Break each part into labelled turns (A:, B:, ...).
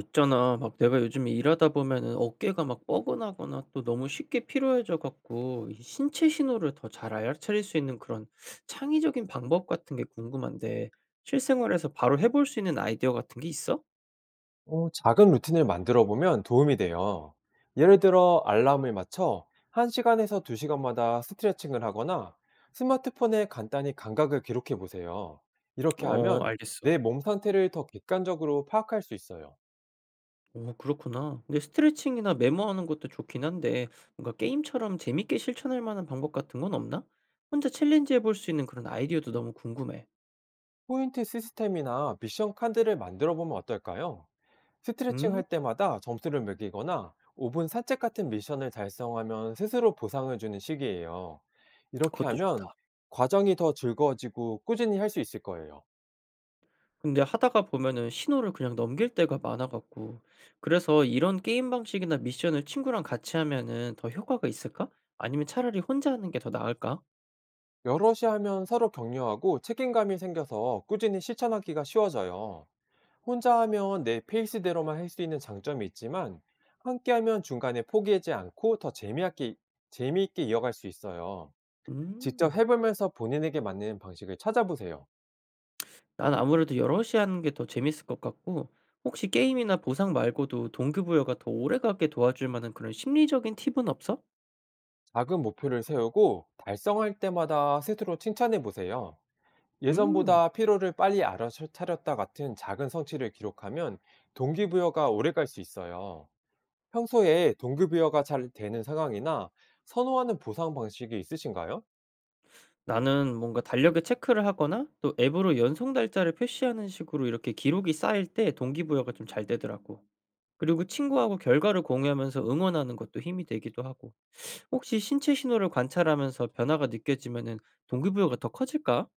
A: 있잖아. 막 내가 요즘에 일하다 보면은 어깨가 막 뻐근하거나 또 너무 쉽게 피로해져 갖고 이 신체 신호를 더 잘 알아차릴 수 있는 그런 창의적인 방법 같은 게 궁금한데 실생활에서 바로 해볼 수 있는 아이디어 같은 게 있어?
B: 작은 루틴을 만들어 보면 도움이 돼요. 예를 들어 알람을 맞춰 1 시간에서 2 시간마다 스트레칭을 하거나 스마트폰에 간단히 감각을 기록해 보세요. 이렇게
A: 어,
B: 하면
A: 알겠어.
B: 내 몸 상태를 더 객관적으로 파악할 수 있어요.
A: 오, 그렇구나. 근데 스트레칭이나 메모하는 것도 좋긴 한데 뭔가 게임처럼 재밌게 실천할 만한 방법 같은 건 없나? 혼자 챌린지 해볼 수 있는 그런 아이디어도 너무 궁금해.
B: 포인트 시스템이나 미션 카드를 만들어 보면 어떨까요? 스트레칭
A: 음,
B: 할 때마다 점수를 매기거나 5분 산책 같은 미션을 달성하면 스스로 보상을 주는 식이에요. 이렇게
A: 그것도
B: 하면
A: 좋다.
B: 과정이 더 즐거워지고 꾸준히 할 수 있을 거예요.
A: 근데 하다가 보면은 신호를 그냥 넘길 때가 많아 갖고 그래서 '이런 게임 방식이나 미션을 친구랑 같이 하면은 더 효과가 있을까? 아니면 차라리 혼자 하는 게 더 나을까?'
B: 여럿이 하면 서로 격려하고 책임감이 생겨서 꾸준히 실천하기가 쉬워져요. 혼자 하면 내 페이스대로만 할 수 있는 장점이 있지만, 함께 하면 중간에 포기하지 않고 더 재미있게 이어갈 수 있어요. 직접
A: 음.
B: 해보면서 본인에게 맞는 방식을 찾아보세요.
A: 난 아무래도 여럿이 하는 게 더 재밌을 것 같고 혹시 게임이나 보상 말고도 동기부여가 더 오래가게 도와줄 만한 그런 심리적인 팁은 없어?
B: 작은 목표를 세우고 달성할 때마다 스스로 칭찬해 보세요.
A: 음.
B: 예전보다 피로를 빨리 알아차렸다 같은 작은 성취를 기록하면 동기부여가 오래 갈 수 있어요. 평소에 동급이어가 잘 되는 상황이나 선호하는 보상 방식이 있으신가요?
A: 나는 뭔가 달력에 체크를 하거나 또 앱으로 연속 달짜를 표시하는 식으로 이렇게 기록이 쌓일 때 동기부여가 좀 잘 되더라고. 그리고 친구하고 결과를 공유하면서 응원하는 것도 힘이 되기도 하고. 혹시 신체 신호를 관찰하면서 변화가 느껴지면은 동기부여가 더 커질까?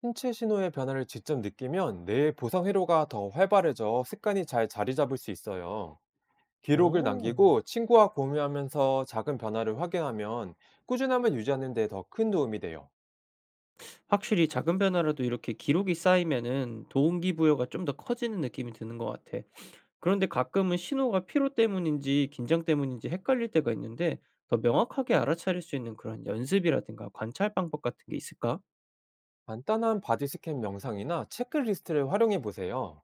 B: 신체 신호의 변화를 직접 느끼면 뇌의 보상 회로가 더 활발해져 습관이 잘 자리 잡을 수 있어요. 기록을
A: 오,
B: 남기고 친구와 공유하면서 작은 변화를 확인하면 꾸준함을 유지하는 데 더 큰 도움이 돼요.
A: 확실히 작은 변화라도 이렇게 기록이 쌓이면은 동기부여가 좀 더 커지는 느낌이 드는 것 같아. 그런데 가끔은 신호가 피로 때문인지 긴장 때문인지 헷갈릴 때가 있는데 더 명확하게 알아차릴 수 있는 그런 연습이라든가 관찰 방법 같은 게 있을까?
B: 간단한 바디 스캔 명상이나 체크리스트를 활용해 보세요.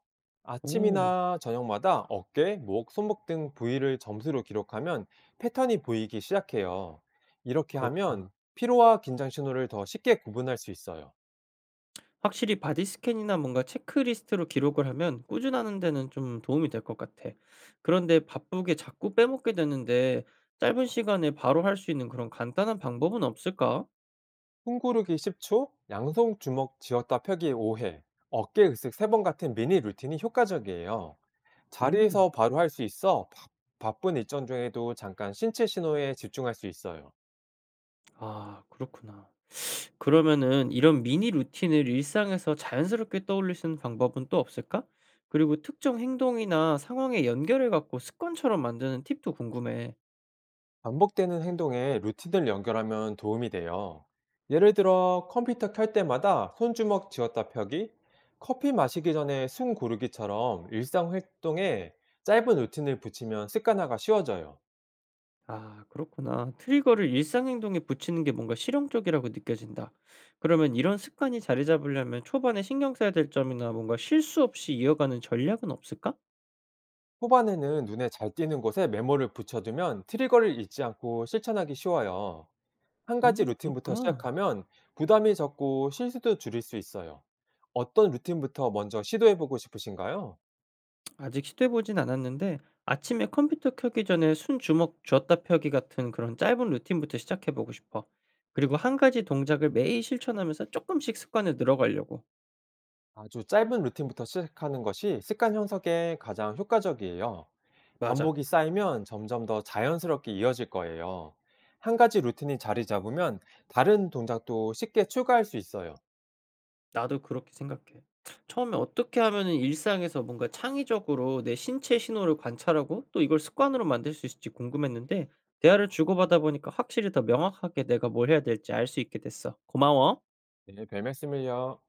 A: 오,
B: 아침이나 저녁마다 어깨, 목, 손목 등 부위를 점수로 기록하면 패턴이 보이기 시작해요. 이렇게
A: 그렇구나.
B: 하면 피로와 긴장 신호를 더 쉽게 구분할 수 있어요.
A: 확실히 바디 스캔이나 뭔가 체크리스트로 기록을 하면 꾸준하는 데는 좀 도움이 될 것 같아. 그런데 바쁘게 자꾸 빼먹게 되는데 짧은 시간에 바로 할 수 있는 그런 간단한 방법은 없을까?
B: 숨고르기 10초, 양손 주먹 쥐었다 펴기 5회, 어깨 으쓱 3번 같은 미니 루틴이 효과적이에요.
A: 음,
B: 자리에서 바로 할 수 있어 바쁜 일정 중에도 잠깐 신체 신호에 집중할 수 있어요.
A: 아, 그렇구나. 그러면은 이런 미니 루틴을 일상에서 자연스럽게 떠올릴 수 있는 방법은 또 없을까? 그리고 특정 행동이나 상황에 연결해 갖고 습관처럼 만드는 팁도 궁금해.
B: 반복되는 행동에 루틴을 연결하면 도움이 돼요. 예를 들어 컴퓨터 켤 때마다 손주먹 쥐었다 펴기, 커피 마시기 전에 숨 고르기처럼 일상 활동에 짧은 루틴을 붙이면 습관화가 쉬워져요.
A: 아, 그렇구나. '트리거를 일상 행동에 붙이는 게 뭔가 실용적이라고 느껴진다.' 그러면 이런 습관이 자리 잡으려면 초반에 신경 써야 될 점이나 뭔가 실수 없이 이어가는 전략은 없을까?
B: 후반에는 눈에 잘 띄는 곳에 메모를 붙여두면 트리거를 잊지 않고 실천하기 쉬워요. 한 가지
A: 음,
B: 루틴부터
A: 그렇구나.
B: 시작하면 부담이 적고 실수도 줄일 수 있어요. 어떤 루틴부터 먼저 시도해보고 싶으신가요?
A: 아직 시도해 보진 않았는데 아침에 컴퓨터 켜기 전에 "순 주먹 쥐었다 펴기" 같은 그런 짧은 루틴부터 시작해 보고 싶어. 그리고 한 가지 동작을 매일 실천하면서 조금씩 습관을 늘어가려고.
B: 아주 짧은 루틴부터 시작하는 것이 습관 형성에 가장 효과적이에요.
A: 맞아.
B: 반복이 쌓이면 점점 더 자연스럽게 이어질 거예요. 한 가지 루틴이 자리 잡으면 다른 동작도 쉽게 추가할 수 있어요.
A: 나도 그렇게 생각해. 처음에 어떻게 하면은 일상에서 뭔가 창의적으로 내 신체 신호를 관찰하고 또 이걸 습관으로 만들 수 있을지 궁금했는데 대화를 주고받아 보니까 확실히 더 명확하게 내가 뭘 해야 될지 알 수 있게 됐어. 고마워.
B: 네, 별 말씀을요.